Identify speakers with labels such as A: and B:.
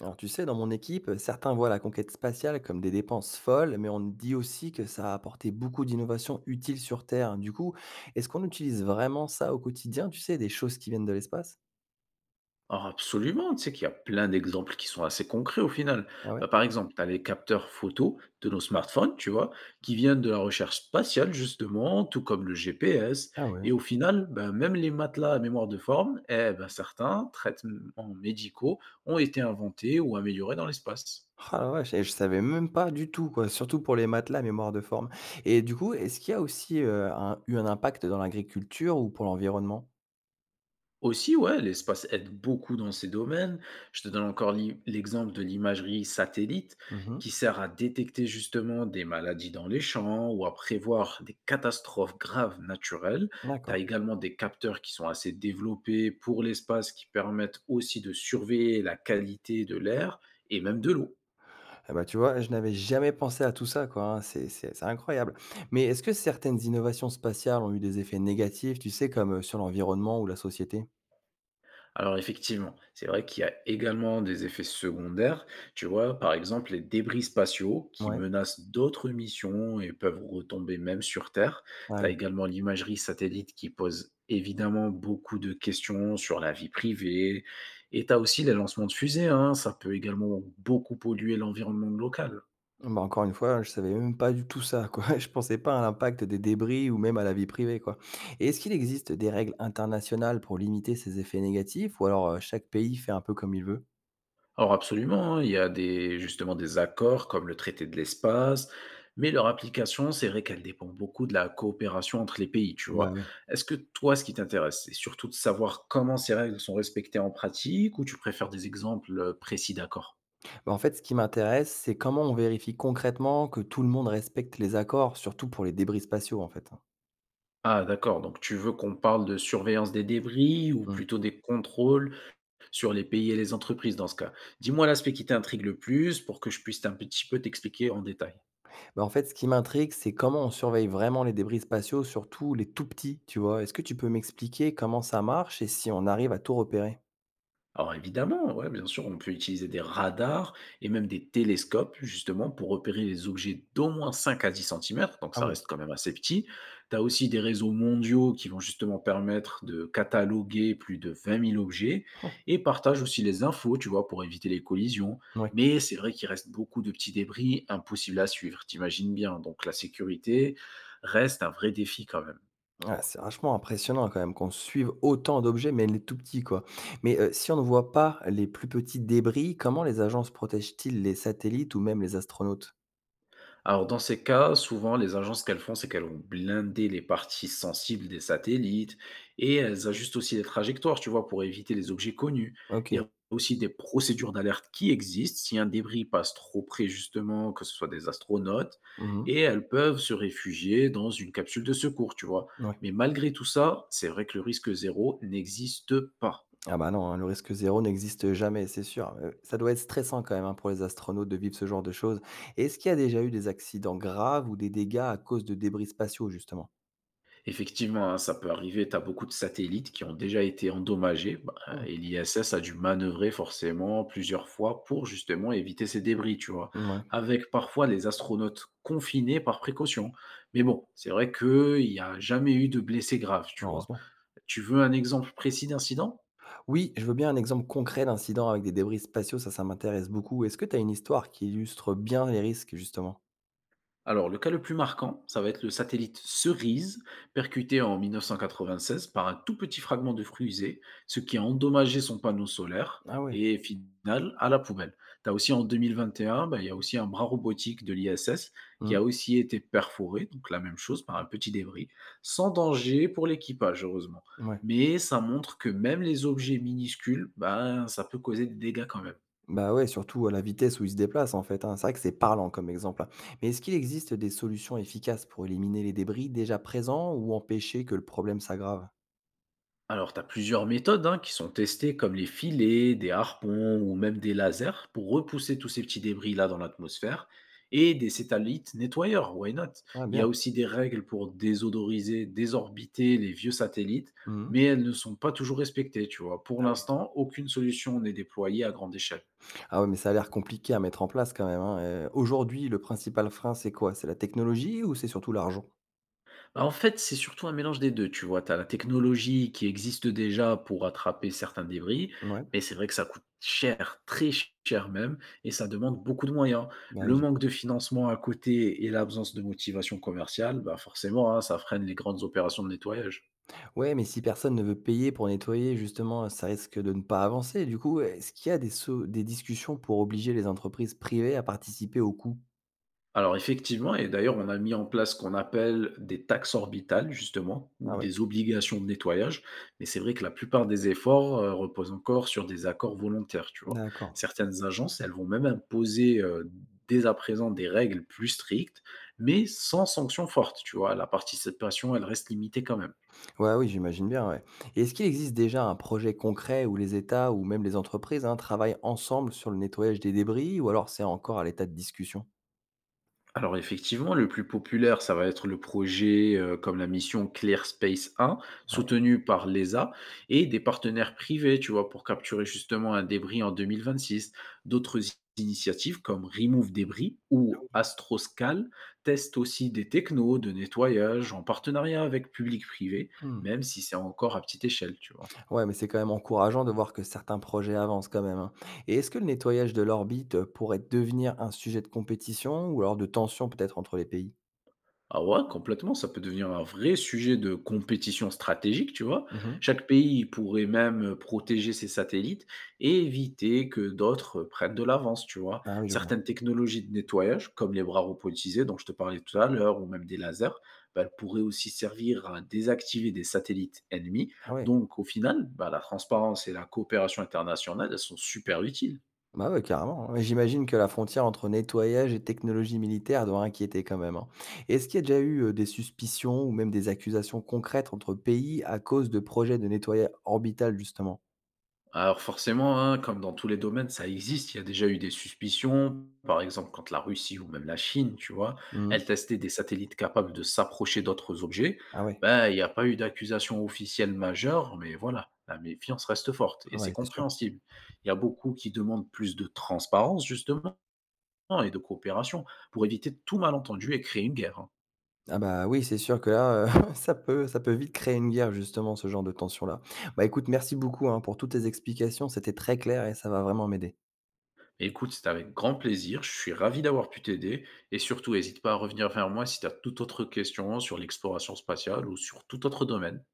A: Alors tu sais, dans mon équipe, certains voient la conquête spatiale comme des dépenses folles, mais on dit aussi que ça a apporté beaucoup d'innovations utiles sur Terre. Du coup, est-ce qu'on utilise vraiment ça au quotidien, tu sais, des choses qui viennent de l'espace.
B: Alors absolument, tu sais qu'il y a plein d'exemples qui sont assez concrets au final.
A: Ah ouais.
B: Bah, par exemple, tu as les capteurs photo de nos smartphones, tu vois, qui viennent de la recherche spatiale justement, tout comme le GPS.
A: Ah ouais,
B: Et au final, bah, même les matelas à mémoire de forme, eh ben, certains traitements médicaux ont été inventés ou améliorés dans l'espace.
A: ah la vache, et je savais même pas du tout, quoi, surtout pour les matelas mémoire de forme. Et du coup, est-ce qu'il y a aussi un- eu un impact dans l'agriculture ou pour l'environnement?
B: Aussi, ouais, l'espace aide beaucoup dans ces domaines. Je te donne encore l'exemple de l'imagerie satellite
A: Mhm.
B: qui sert à détecter justement des maladies dans les champs ou à prévoir des catastrophes graves naturelles. Tu as
A: D'accord.
B: également des capteurs qui sont assez développés pour l'espace qui permettent aussi de surveiller la qualité de l'air et même de l'eau.
A: Ah bah, tu vois, je n'avais jamais pensé à tout ça, quoi, hein, c'est incroyable. Mais est-ce que certaines innovations spatiales ont eu des effets négatifs, tu sais, comme, sur l'environnement ou la société?
B: Alors effectivement, c'est vrai qu'il y a également des effets secondaires. Tu vois, par exemple, les débris spatiaux qui
A: Ouais,
B: menacent d'autres missions et peuvent retomber même sur Terre.
A: ah
B: Tu as
A: oui.
B: également l'imagerie satellite qui pose évidemment beaucoup de questions sur la vie privée. Et tu as aussi les lancements de fusées, hein. Ça peut également beaucoup polluer l'environnement local.
A: Bah, encore une fois, je savais même pas du tout ça, quoi. Je pensais pas à l'impact des débris ou même à la vie privée, quoi. Et est-ce qu'il existe des règles internationales pour limiter ces effets négatifs ou alors, chaque pays fait un peu comme il veut?
B: Alors absolument, hein, il y a des, justement des accords comme le traité de l'espace, mais leur application, c'est vrai qu'elle dépend beaucoup de la coopération entre les pays, tu vois.
A: Bah, oui.
B: Est-ce que toi, ce qui t'intéresse, c'est surtout de savoir comment ces règles sont respectées en pratique ou tu préfères des exemples précis d'accords?
A: Bah, en fait, ce qui m'intéresse, c'est comment on vérifie concrètement que tout le monde respecte les accords, surtout pour les débris spatiaux, en fait, hein?
B: Ah d'accord, donc tu veux qu'on parle de surveillance des débris ou
A: Mmh.
B: plutôt des contrôles sur les pays et les entreprises dans ce cas. Dis-moi l'aspect qui t'intrigue le plus pour que je puisse un petit peu t'expliquer en détail.
A: Bah, en fait, ce qui m'intrigue, c'est comment on surveille vraiment les débris spatiaux, surtout les tout petits, tu vois? Est-ce que tu peux m'expliquer comment ça marche et si on arrive à tout repérer?
B: Alors évidemment, ouais, bien sûr, on peut utiliser des radars et même des télescopes justement pour repérer les objets d'au moins 5 à 10 centimètres. Donc
A: Ah
B: ça
A: oui.
B: reste quand même assez petit. Tu as aussi des réseaux mondiaux qui vont justement permettre de cataloguer plus de 20 000 objets
A: Oh,
B: et partagent aussi les infos, tu vois, pour éviter les collisions.
A: ouais.
B: Mais c'est vrai qu'il reste beaucoup de petits débris impossibles à suivre, t'imagines bien. Donc la sécurité reste un vrai défi quand même.
A: Ouais, ah, c'est vachement impressionnant quand même qu'on suive autant d'objets, mais les tout petits, quoi. Mais si on ne voit pas les plus petits débris, comment les agences protègent-ils les satellites ou même les astronautes?
B: Alors, dans ces cas, souvent, les agences, ce qu'elles font, c'est qu'elles vont blinder les parties sensibles des satellites et elles ajustent aussi les trajectoires, tu vois, pour éviter les objets connus. Il y
A: Ok.
B: a aussi des procédures d'alerte qui existent si un débris passe trop près, justement, que ce soit des astronautes,
A: Mhm.
B: et elles peuvent se réfugier dans une capsule de secours, tu vois.
A: Ouais.
B: Mais malgré tout ça, c'est vrai que le risque zéro n'existe pas.
A: Ah bah non, hein, le risque zéro n'existe jamais, c'est sûr. Ça doit être stressant quand même, hein, pour les astronautes de vivre ce genre de choses. Est-ce qu'il y a déjà eu des accidents graves ou des dégâts à cause de débris spatiaux justement?
B: Effectivement, hein, ça peut arriver, tu as beaucoup de satellites qui ont déjà été endommagés, bah,
A: Ah ouais.
B: et l'ISS a dû manœuvrer forcément plusieurs fois pour justement éviter ces débris, tu vois,
A: Mouais,
B: avec parfois les astronautes confinés par précaution. Mais bon, c'est vrai qu'il n'y a jamais eu de blessés graves, tu vois.
A: heureusement.
B: Tu veux un exemple précis d'incident?
A: Oui, je veux bien un exemple concret d'incident avec des débris spatiaux, ça m'intéresse beaucoup. Est-ce que tu as une histoire qui illustre bien les risques justement?
B: Alors, le cas le plus marquant, ça va être le satellite Cerise, percuté en 1996 par un tout petit fragment de fusée, ce qui a endommagé son panneau solaire
A: Ah ouais.
B: et final à la poubelle. T'as aussi en 2021, bah, il y a aussi un bras robotique de l'ISS qui
A: Mmh.
B: a aussi été perforé, donc la même chose par un petit débris, sans danger pour l'équipage, heureusement.
A: Mouais.
B: Mais ça montre que même les objets minuscules, bah, ça peut causer des dégâts quand même.
A: Bah ouais, surtout à la vitesse où ils se déplacent en fait, hein. C'est vrai que c'est parlant comme exemple, hein. Mais est-ce qu'il existe des solutions efficaces pour éliminer les débris déjà présents ou empêcher que le problème s'aggrave?
B: Alors, tu as plusieurs méthodes, hein, qui sont testées, comme les filets, des harpons ou même des lasers, pour repousser tous ces petits débris-là dans l'atmosphère, et des satellites nettoyeurs, why not.
A: Ah
B: Il y
A: bien.
B: a aussi des règles pour désodoriser, désorbiter les vieux satellites,
A: Mmh.
B: mais elles ne sont pas toujours respectées, tu vois. Pour
A: Ah oui.
B: l'instant, aucune solution n'est déployée à grande échelle.
A: Ah ouais, mais ça a l'air compliqué à mettre en place quand même, hein, aujourd'hui, le principal frein, c'est quoi? C'est la technologie ou c'est surtout l'argent?
B: Bah, en fait, c'est surtout un mélange des deux, tu vois? Tu as la technologie qui existe déjà pour attraper certains débris,
A: Ouais.
B: mais c'est vrai que ça coûte cher, très cher même, et ça demande beaucoup de moyens.
A: Bah oui,
B: Le
A: j'im
B: manque de financement à côté et l'absence de motivation commerciale, bah, forcément, hein, ça freine les grandes opérations de nettoyage.
A: ouais, mais si personne ne veut payer pour nettoyer justement, ça risque de ne pas avancer. Du coup, est-ce qu'il y a des discussions pour obliger les entreprises privées à participer au coût?
B: Alors effectivement, et d'ailleurs, on a mis en place ce qu'on appelle des taxes orbitales, justement, ou
A: Ah ouais,
B: des obligations de nettoyage. Mais c'est vrai que la plupart des efforts reposent encore sur des accords volontaires, tu vois.
A: d'accord.
B: Certaines agences, elles vont même imposer dès à présent des règles plus strictes, mais sans sanction forte, tu vois. La participation, elle reste limitée quand même.
A: Ouais, oui, j'imagine bien, ouais. Et est-ce qu'il existe déjà un projet concret où les États ou même les entreprises, hein, travaillent ensemble sur le nettoyage des débris ou alors c'est encore à l'état de discussion?
B: Alors effectivement, le plus populaire, ça va être le projet comme la mission Clear Space 1,
A: Ouais,
B: soutenu par l'ESA et des partenaires privés, tu vois, pour capturer justement un débris en 2026. D'autres i- initiatives comme Remove Débris
A: ah
B: ou
A: oui.
B: Astroscal testent aussi des technos de nettoyage en partenariat avec public-privé,
A: Mmh.
B: même si c'est encore à petite échelle, tu vois.
A: Ouais, mais c'est quand même encourageant de voir que certains projets avancent quand même, hein. Et est-ce que le nettoyage de l'orbite pourrait devenir un sujet de compétition ou alors de tension peut-être entre les pays?
B: Ah ouais, complètement, ça peut devenir un vrai sujet de compétition stratégique, tu vois?
A: Mmh.
B: Chaque pays pourrait même protéger ses satellites et éviter que d'autres prennent de l'avance, tu vois?
A: Ah oui, je vois.
B: Certaines technologies de nettoyage, comme les bras robotisés dont je te parlais tout à l'heure, ou même des lasers, bah, elles pourraient aussi servir à désactiver des satellites ennemis.
A: Ah ouais.
B: Donc au final, bah, la transparence et la coopération internationale, elles sont super utiles.
A: Bah ouais, carrément, hein. Et j'imagine que la frontière entre nettoyage et technologie militaire doit inquiéter quand même, hein. Et est-ce qu'il y a déjà eu des suspicions ou même des accusations concrètes entre pays à cause de projets de nettoyage orbital justement?
B: Alors forcément, hein, comme dans tous les domaines, ça existe. Il y a déjà eu des suspicions, par exemple quand la Russie ou même la Chine, tu vois,
A: Mmh.
B: elles testaient des satellites capables de s'approcher d'autres objets.
A: Ah ouais,
B: Ben, il n'y a pas eu d'accusation officielle majeure, mais voilà, la méfiance reste forte et c'est
A: ouais, c'est sûr.
B: compréhensible. Il y a beaucoup qui demandent plus de transparence justement et de coopération pour éviter tout malentendu et créer une guerre, hein.
A: Ah bah, oui, c'est sûr que là, ça peut vite créer une guerre justement, ce genre de tension-là. Bah, écoute, merci beaucoup, hein, pour toutes tes explications, c'était très clair et ça va vraiment m'aider.
B: Écoute, c'était avec grand plaisir. Je suis ravi d'avoir pu t'aider. Et surtout, n'hésite pas à revenir vers moi si tu as toute autre question sur l'exploration spatiale ou sur tout autre domaine.